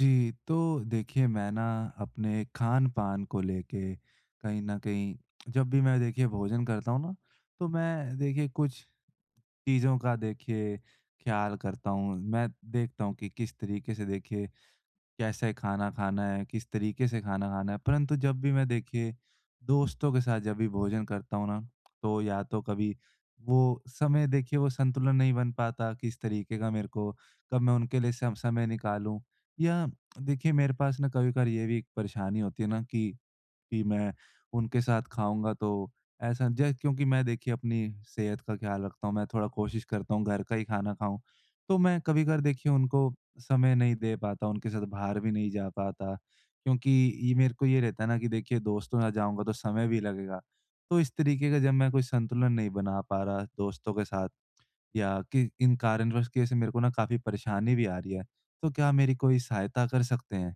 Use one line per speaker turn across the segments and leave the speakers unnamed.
जी, तो देखिए, मैं ना अपने खान-पान को लेके कहीं न कहीं, जब भी मैं देखिए भोजन करता हूँ ना, तो मैं देखिए कुछ चीज़ों का देखिए ख़्याल करता हूँ। मैं देखता हूँ कि किस तरीके से देखिए कैसे खाना खाना है, किस तरीके से खाना खाना है। परंतु जब भी मैं देखिए दोस्तों के साथ जब भी भोजन करता हूँ ना, तो या तो कभी वो समय देखिए वो संतुलन नहीं बन पाता, किस तरीके का मेरे को, कब मैं उनके लिए सम समय निकालूँ, या देखिए मेरे पास ना कभी-कभार ये भी एक परेशानी होती है ना कि मैं उनके साथ खाऊँगा तो ऐसा ज क्योंकि मैं देखिए अपनी सेहत का ख़्याल रखता हूँ, मैं थोड़ा कोशिश करता हूँ घर का ही खाना खाऊँ। तो मैं कभी-कभार देखिए उनको समय नहीं दे पाता, उनके साथ बाहर भी नहीं जा पाता, क्योंकि ये मेरे को ये रहता है ना कि देखिए दोस्तों के साथ जाऊँगा तो समय भी लगेगा। तो इस तरीके का जब मैं कोई संतुलन नहीं बना पा रहा दोस्तों के साथ या कि इन कारणवश की वजह से, मेरे को ना काफ़ी परेशानी भी आ रही है। तो क्या मेरी कोई सहायता कर सकते हैं?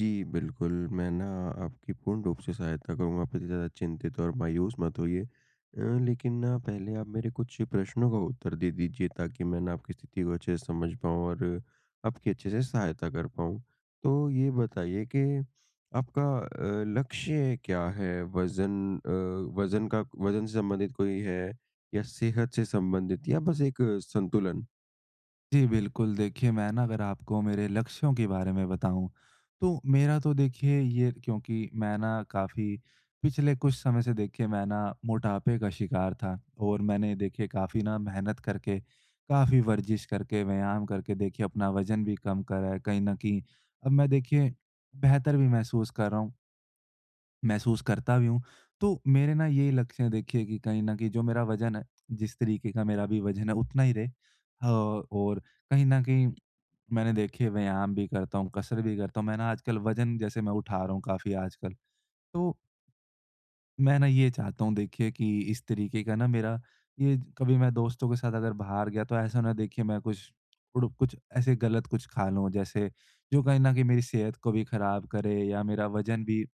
जी, बिल्कुल, मैं ना आपकी पूर्ण रूप से सहायता करूँगा, आप इतनी ज़्यादा चिंतित और मायूस मत होइए। लेकिन ना पहले आप मेरे कुछ प्रश्नों का उत्तर दे दीजिए ताकि मैं ना आपकी स्थिति को अच्छे से समझ पाऊँ और आपकी अच्छे से सहायता कर पाऊँ। तो ये बताइए कि आपका लक्ष्य क्या है? वज़न अ, वज़न का वज़न से संबंधित कोई है, या सेहत से संबंधित, या बस एक संतुलन?
जी, बिल्कुल। देखिए, मैं ना अगर आपको मेरे लक्ष्यों के बारे में बताऊँ, तो मेरा तो देखिए ये, क्योंकि मैं ना काफ़ी पिछले कुछ समय से देखिए मैं ना मोटापे का शिकार था, और मैंने देखिए काफ़ी ना मेहनत करके, काफ़ी वर्जिश करके, व्यायाम करके देखिए अपना वज़न भी कम करा है। कहीं न कहीं अब मैं देखिए बेहतर भी महसूस कर रहा हूँ। महसूस करता भी हूँ। तो मेरे ना ये लक्ष्य है देखिए कि कहीं न कहीं जो मेरा वज़न है, जिस तरीके का मेरा भी वज़न है उतना ही रहे। और कहीं न कहीं मैंने देखिए व्यायाम भी करता हूँ, कसरत भी करता हूँ। मैं ना आजकल वज़न जैसे मैं उठा रहा हूँ काफ़ी आजकल। तो मैं ना ये चाहता हूँ देखिए कि इस तरीके का ना मेरा ये, कभी मैं दोस्तों के साथ अगर बाहर गया तो ऐसा ना देखिए मैं कुछ कुछ ऐसे गलत कुछ खा लूं, जैसे जो कहीं ना कहीं मेरी सेहत को भी खराब करे या मेरा वजन भी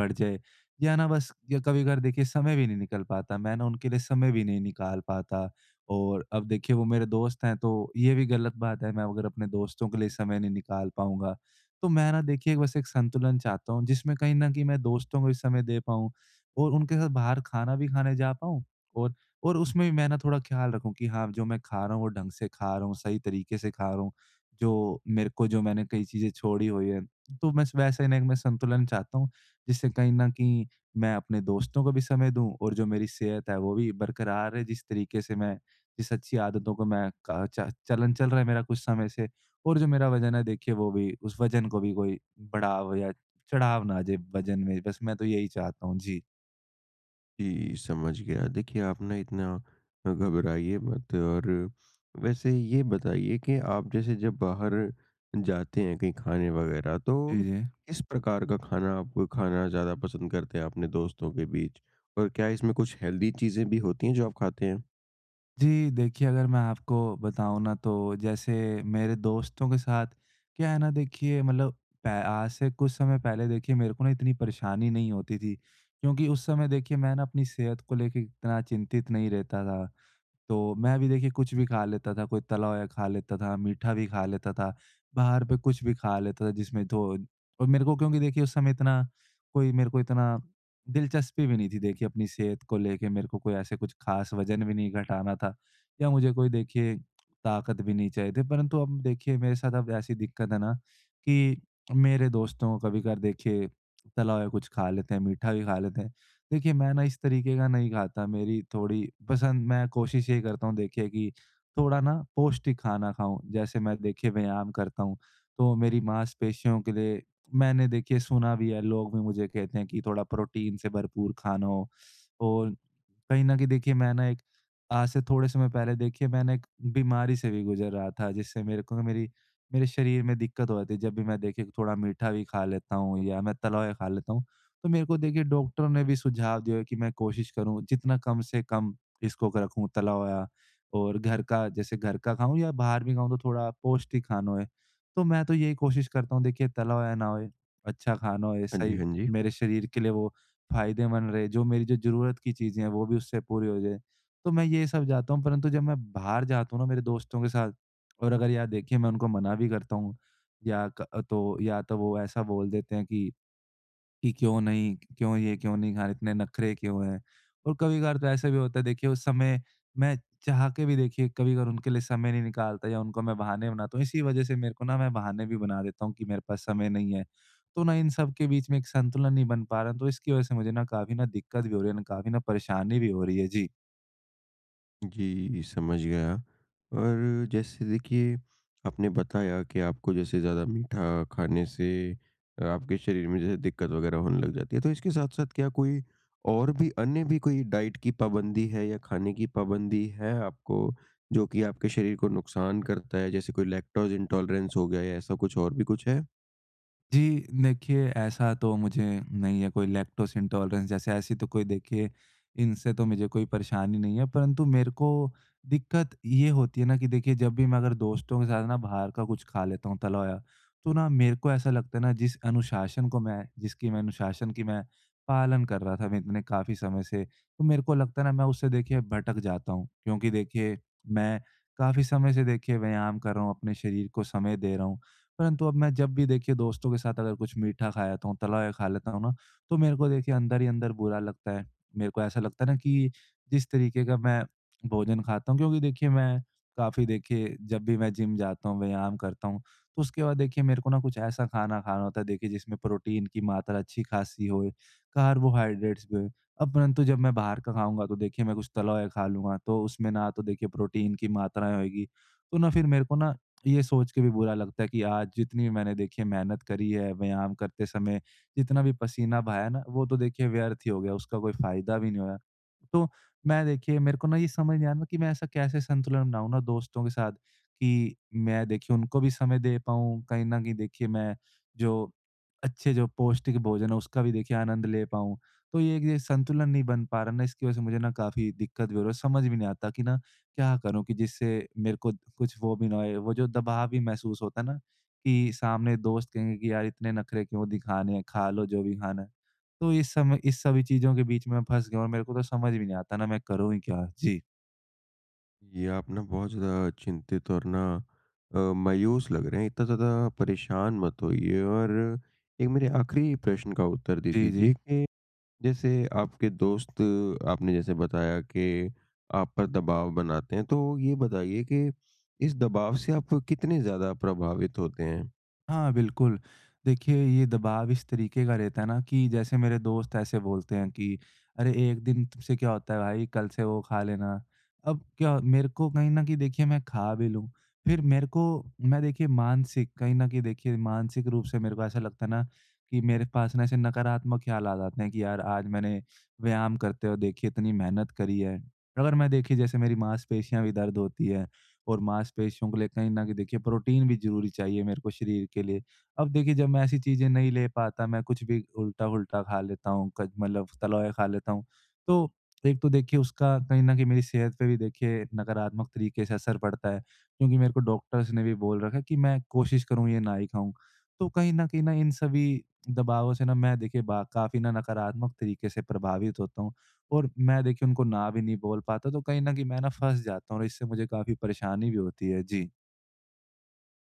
बढ़ जाए, या ना बस या कभी कभार देखिए समय भी नहीं निकल पाता, मैं ना उनके लिए समय भी नहीं निकाल पाता। और अब देखिए वो मेरे दोस्त हैं तो ये भी गलत बात है, मैं अगर अपने दोस्तों के लिए समय नहीं निकाल पाऊंगा। तो मैं ना देखिए बस एक संतुलन चाहता हूँ, जिसमें कहीं ना कहीं मैं दोस्तों को भी समय दे पाऊँ और उनके साथ बाहर खाना भी खाने जा पाऊँ, और और उसमें भी मैं ना थोड़ा ख़्याल रखूँ कि हाँ, जो मैं खा रहा हूँ, वो ढंग से खा रहा हूँ, सही तरीके से खा रहा हूँ। जो मेरे को जो मैंने कई चीज़ें छोड़ी हुई हैं, तो मैं वैसा ही ना एक मैं संतुलन चाहता हूँ, जिससे कहीं न कहीं मैं अपने दोस्तों को भी समय दूँ और जो मेरी सेहत है, वो भी बरकरार रहे। जिस अच्छी आदतों को मैं का च चलन चल रहा है मेरा कुछ समय से, और जो मेरा वज़न है, देखिए वो भी, उस वज़न को भी कोई बढ़ाव या चढ़ाव ना आ जाए वज़न में। बस मैं तो यही चाहता हूँ। जी।
जी, समझ गया। देखिए, आप ना इतना घबराइए मत, और वैसे ये बताइए कि आप जैसे जब बाहर जाते हैं कहीं खाने वगैरह,
जी,
तो
जी।
किस प्रकार का खाना आप खाना ज़्यादा पसंद करते हैं अपने दोस्तों के बीच? और क्या इसमें कुछ हेल्दी चीज़ें भी होती हैं जो आप खाते हैं?
जी, देखिए अगर मैं आपको बताऊँ ना तो जैसे मेरे दोस्तों के साथ क्या है ना, देखिए मतलब पै आज से कुछ समय पहले देखिए मेरे को ना इतनी परेशानी नहीं होती थी। क्योंकि उस समय देखिए मैं ना अपनी सेहत को लेके इतना चिंतित नहीं रहता था। तो मैं भी देखिए कुछ भी खा लेता था, कोई तला हुआ खा लेता था, मीठा भी खा लेता था, बाहर पे कुछ भी खा लेता था जिसमें तो, और मेरे को, क्योंकि देखिए उस समय इतना कोई मेरे को इतना दिलचस्पी भी नहीं थी देखिए अपनी सेहत को लेके, मेरे को कोई ऐसे कुछ खास वज़न भी नहीं घटाना था या मुझे कोई देखिए ताकत भी नहीं चाहिए थी। परंतु अब देखिए मेरे साथ अब ऐसी दिक्कत है ना, कि मेरे दोस्तों को कभी-कभार देखिए तला हुआ कुछ खा लेते हैं, मीठा भी खा लेते हैं। देखिए, मैं ना इस तरीके का नहीं खाता, मेरी थोड़ी पसंद, मैं कोशिश ये करता हूँ देखिए कि थोड़ा ना पौष्टिक खाना खाऊँ। जैसे मैं देखिए व्यायाम करता हूँ, तो मेरी मांसपेशियों के लिए मैंने देखिए सुना भी है, लोग भी मुझे कहते हैं कि थोड़ा प्रोटीन से भरपूर खाना हो। और कहीं न कहीं देखिए मैं ना एक, आज से थोड़े समय पहले देखिए मैंने एक बीमारी से भी गुज़र रहा था, जिससे मेरे को मेरी मेरे शरीर में दिक्कत हो रही थी। जब भी मैं देखिए थोड़ा मीठा भी खा लेता हूँ या मैं तला हुआ खा लेता हूँ, तो मेरे को देखिए डॉक्टरों ने भी सुझाव दिया है कि मैं कोशिश करूँ जितना कम से कम इसको क रखूँ तला हुआ, और घर का जैसे घर का खाऊँ या बाहर भी खाऊँ तो थोड़ा पौष्टिक खाना होए। तो मैं तो यही कोशिश करता हूँ देखिए तला हुआ ना होए, अच्छा खाना होए,
हाँ जी,
सही
हाँ जी।
मेरे शरीर के लिए वो फ़ायदेमंद रहे, जो मेरी जो ज़रूरत की चीज़ें हैं वो भी उससे पूरी हो जाए। तो मैं ये सब चाहता हूँ, परंतु जब मैं बाहर जाता हूँ ना मेरे दोस्तों के साथ, और अगर या देखिए मैं उनको मना भी करता हूँ, या क तो या तो वो ऐसा बोल देते हैं कि क्यों नहीं खा रहे, इतने नखरे क्यों हैं? और कभी-कभार तो ऐसा भी होता है देखिए उस समय मैं चाह के भी देखिए कभी-कभार उनके लिए समय नहीं निकालता या उनको मैं बहाने बनाता हूँ। इसी वजह से मेरे को ना, मैं बहाने भी बना देता हूँ कि मेरे पास समय नहीं है। तो ना इन सब के बीच में एक संतुलन नहीं बन पा रहा है, तो इसकी वजह से मुझे ना काफ़ी ना दिक्कत भी हो रही है, ना काफ़ी ना परेशानी भी हो रही है। जी।
जी, समझ गया। और जैसे देखिए, आपने बताया कि आपको जैसे ज़्यादा मीठा खाने से आपके शरीर में जैसे दिक्कत वगैरह होने लग जाती है, तो इसके साथ-साथ क्या कोई और भी अन्य भी कोई डाइट की पाबंदी है, या खाने की पाबंदी है आपको, जो कि आपके शरीर को नुकसान करता है? जैसे कोई लैक्टोज़ इंटॉलरेंस हो गया, या ऐसा कुछ और भी कुछ है?
जी, देखिए ऐसा तो मुझे नहीं है कोई लैक्टोज़ इंटॉलरेंस जैसे, ऐसी तो कोई देखिए, इनसे तो मुझे कोई परेशानी नहीं है। परंतु मेरे को दिक्कत ये होती है ना कि देखिए जब भी मैं अगर दोस्तों के साथ ना बाहर का कुछ खा लेता हूँ तला होया, तो ना मेरे को ऐसा लगता है ना, जिसकी मैं अनुशासन की मैं पालन कर रहा था मैं इतने काफ़ी समय से, तो मेरे को लगता है ना मैं उससे देखिए भटक जाता हूँ। क्योंकि देखिए मैं काफ़ी समय से देखिए व्यायाम कर रहा हूँ, अपने शरीर को समय दे रहा हूँ। परंतु अब मैं जब भी देखिए दोस्तों के साथ अगर कुछ मीठा खा लेता हूँ, तला हुआ खा लेता हूँ ना, तो मेरे को देखिए अंदर ही अंदर बुरा लगता है। मेरे को ऐसा लगता है ना कि जिस तरीके का मैं भोजन खाता हूँ, क्योंकि देखिए मैं काफ़ी देखिए जब भी मैं जिम जाता हूँ, व्यायाम करता हूँ, तो उसके बाद देखिए मेरे को ना कुछ ऐसा खाना खाना होता है देखिए जिसमें प्रोटीन की मात्रा अच्छी खासी होए, कार्बोहाइड्रेट्स भी होएँ। अब परंतु जब मैं बाहर का खाऊँगा तो देखिए मैं कुछ तला हुआ खा लूँगा, तो उसमें ना तो देखिए प्रोटीन की मात्राएँ होएगी, तो ना फिर मेरे को ना ये सोच के भी बुरा लगता है कि आज जितनी भी मैंने देखिए मेहनत करी है, व्यायाम करते समय जितना भी पसीना बहाया ना, वो तो देखिए व्यर्थ ही हो गया, उसका कोई फ़ायदा भी नहीं होया। तो मैं देखिए मेरे को ना ये समझ नहीं आ रहा कि मैं ऐसा कैसे संतुलन बनाऊँ ना दोस्तों के साथ, कि मैं देखिए उनको भी समय दे पाऊँ, कहीं न कहीं देखिए मैं जो जो पौष्टिक भोजन है उसका भी देखिए आनंद ले पाऊँ। तो ये संतुलन नहीं बन पा रहा ना, इसकी वज़ह से मुझे ना काफ़ी दिक्कत भी हो रही है, समझ भी नहीं आता कि ना क्या करूँ कि जिससे मेरे को कुछ वो भी ना होए, वो जो दबाव भी महसूस होता है ना कि सामने दोस्त कहेंगे कि यार इतने नखरे क्यों दिखाने हैं, खा लो जो भी खाना है। तो इस समय इस सभी चीज़ों के बीच में मैं फँस गया हूँ और मेरे को तो समझ भी नहीं आता ना मैं करूँ ही क्या? जी।
ये आप ना बहुत ज़्यादा चिंतित और ना मायूस लग रहे हैं। इतना ज़्यादा परेशान मत होइए, और एक मेरे आखिरी प्रश्न का उत्तर दे
जी, जी।
दीजिए कि जैसे आपके दोस्त, आपने जैसे बताया कि आप पर दबाव बनाते हैं, तो ये बताइए कि इस दबाव से आप कितने ज़्यादा प्रभावित होते हैं?
हाँ, बिल्कुल। देखिए, ये दबाव इस तरीके का रहता है ना कि जैसे मेरे दोस्त ऐसे बोलते हैं कि, "अरे! एक दिन तुमसे क्या होता है भाई, कल से वो खा लेना।" अब क्या मेरे को कहीं न कहीं देखिए मैं खा भी लूँ, फिर मेरे को, मैं देखिए मानसिक कहीं न कहीं देखिए मानसिक रूप से मेरे को ऐसा लगता है ना कि मेरे पास ना ऐसे नकारात्मक ख़्याल आ जाते हैं कि यार आज मैंने व्यायाम करते हुए देखिए इतनी मेहनत करी है। अगर मैं देखिए जैसे मेरी मांसपेशियाँ भी दर्द होती है, और मांसपेशियों के लिए कहीं न कहीं देखिए प्रोटीन भी ज़रूरी चाहिए मेरे को शरीर के लिए। अब देखिए जब मैं ऐसी चीज़ें नहीं ले पाता, मैं कुछ भी उल्टा-फुल्टा खा लेता हूँ, क मतलब तला खा लेता हूँ। तो एक तो देखिए उसका कहीं न कहीं मेरी सेहत पे भी देखिए नकारात्मक तरीके से असर पड़ता है, क्योंकि मेरे को डॉक्टर्स ने भी बोल रखा है कि मैं कोशिश करूँ ये ना ही खाऊँ। तो कहीं न कहीं ना इन सभी दबावों से ना मैं देखिए बा काफ़ी ना नकारात्मक तरीके से प्रभावित होता हूँ। और मैं देखिए उनको ना भी नहीं बोल पाता, तो कहीं न कहीं मैं ना फँस जाता हूँ, और इससे मुझे काफ़ी परेशानी भी होती है। जी।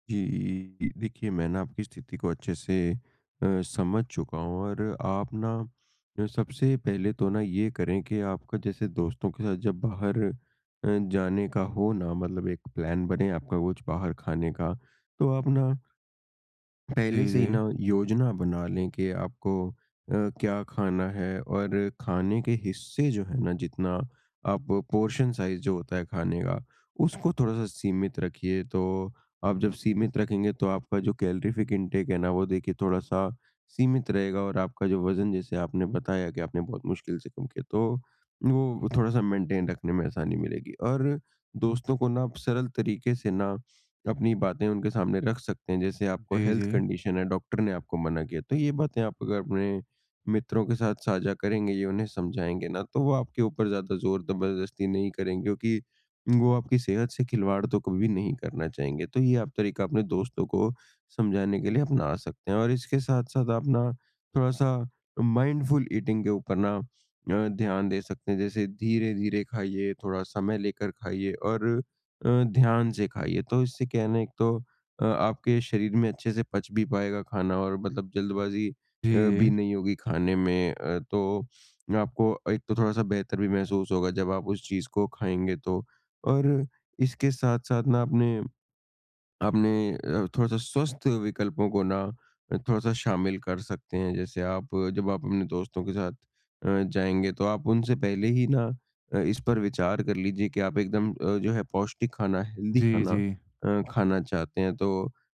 जी, देखिए, मैं ना आपकी स्थिति को अच्छे से समझ चुका हूँ, और आप ना सबसे पहले तो ना ये करें कि आपका जैसे दोस्तों के साथ जब बाहर जाने का हो ना, मतलब एक प्लान बने आपका कुछ बाहर खाने का, तो आप ना
जी,
पहले से
जी।
ही ना योजना बना लें कि आपको क्या खाना है। और खाने के हिस्से जो है ना, जितना आप पोर्शन साइज जो होता है खाने का, उसको थोड़ा सा सीमित रखिए। तो आप जब सीमित रखेंगे, तो आपका जो कैलोरीफिक इनटेक है ना, वो देखिए थोड़ा सा सीमित रहेगा, और आपका जो वजन, जैसे आपने बताया कि आपने बहुत मुश्किल से कम किया, तो वो थोड़ा सा मेंटेन रखने में आसानी मिलेगी। और दोस्तों को ना आप सरल तरीके से ना अपनी बातें उनके सामने रख सकते हैं, जैसे आपको
जी,
हेल्थ
जी।
कंडीशन है, डॉक्टर ने आपको मना किया, तो ये बातें आप अगर अपने मित्रों के साथ साझा करेंगे, ये उन्हें समझाएँगे ना, तो वो आपके ऊपर ज़्यादा ज़ोर ज़बरदस्ती नहीं करेंगे, क्योंकि वो आपकी सेहत से खिलवाड़ तो कभी भी नहीं करना चाहेंगे। तो ये आप तरीका अपने दोस्तों को समझाने के लिए अपना सकते हैं। और इसके साथ-साथ आप ना थोड़ा-सा माइंडफुल ईटिंग के ऊपर ना ध्यान दे सकते हैं। जैसे धीरे-धीरे खाइए, थोड़ा समय लेकर खाइए, और ध्यान से खाइए। तो इससे क्या है ना, एक तो आपके शरीर में अच्छे से पच भी पाएगा खाना, और मतलब जल्दबाज़ी
जी,
भी
जी।
नहीं होगी खाने में, तो आपको एक तो थोड़ा-सा बेहतर भी महसूस होगा जब आप उस चीज़ को खाएँगे तो। और इसके साथ-साथ ना आपने आपने अ, थोड़ा-सा स्वस्थ विकल्पों को ना थोड़ा-सा शामिल कर सकते हैं। जैसे आप जब आप अपने दोस्तों के साथ जाएँगे, तो आप उनसे पहले ही ना इस पर विचार कर लीजिए कि आप एकदम जो है पौष्टिक खाना, हेल्दी
जी,
खाना
जी।
खाना चाहते हैं। तो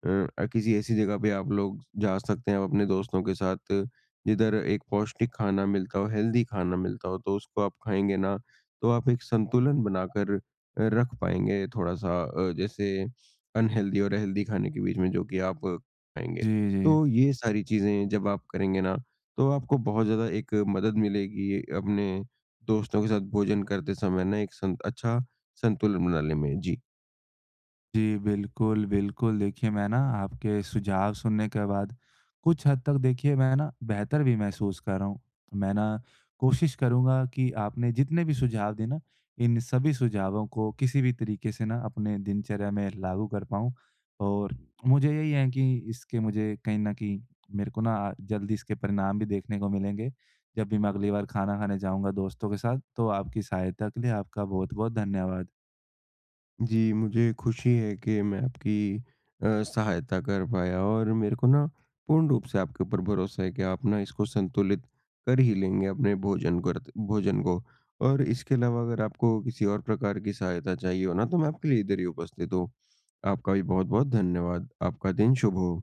किसी ऐसी जगह पे आप लोग जा सकते हैं, आप अपने दोस्तों के साथ जिधर एक पौष्टिक खाना मिलता हो, हेल्दी खाना मिलता हो, तो उसको आप खाएँगे ना, तो आप एक संतुलन बनाकर रख पाएँगे थोड़ा-सा, जैसे अनहेल्दी और हेल्दी खाने के बीच में, जो कि आप खाएँगे।
जी, जी।
तो ये सारी चीज़ें जब आप करेंगे ना, तो आपको बहुत ज़्यादा एक मदद मिलेगी अपने दोस्तों के साथ भोजन करते समय ना एक सं अच्छा संतुलन बनाने में। जी।
जी, बिल्कुल, बिल्कुल। देखिए, मैं ना आपके सुझाव सुनने के बाद कुछ हद तक देखिए मैं ना बेहतर भी महसूस कर रहा हूँ। मैं ना कोशिश करूँगा कि आपने जितने भी सुझाव दिए ना, इन सभी सुझावों को किसी भी तरीके से ना अपने दिनचर्या में लागू कर पाऊँ। और मुझे यही है कि इसके मुझे कहीं न कहीं मेरे को ना जल्दी इसके परिणाम भी देखने को मिलेंगे, जब भी मैं अगली बार खाना खाने जाऊँगा दोस्तों के साथ। तो आपकी सहायता के लिए आपका बहुत-बहुत धन्यवाद।
जी, मुझे खुशी है कि मैं आपकी सहायता कर पाया, और मेरे को ना पूर्ण रूप से आपके ऊपर भरोसा है कि आप ना इसको संतुलित कर ही लेंगे, अपने भोजन को। और इसके अलावा अगर आपको किसी और प्रकार की सहायता चाहिए हो ना, तो मैं आपके लिए इधर ही उपस्थित हूँ। आपका भी बहुत-बहुत धन्यवाद। आपका दिन शुभ हो।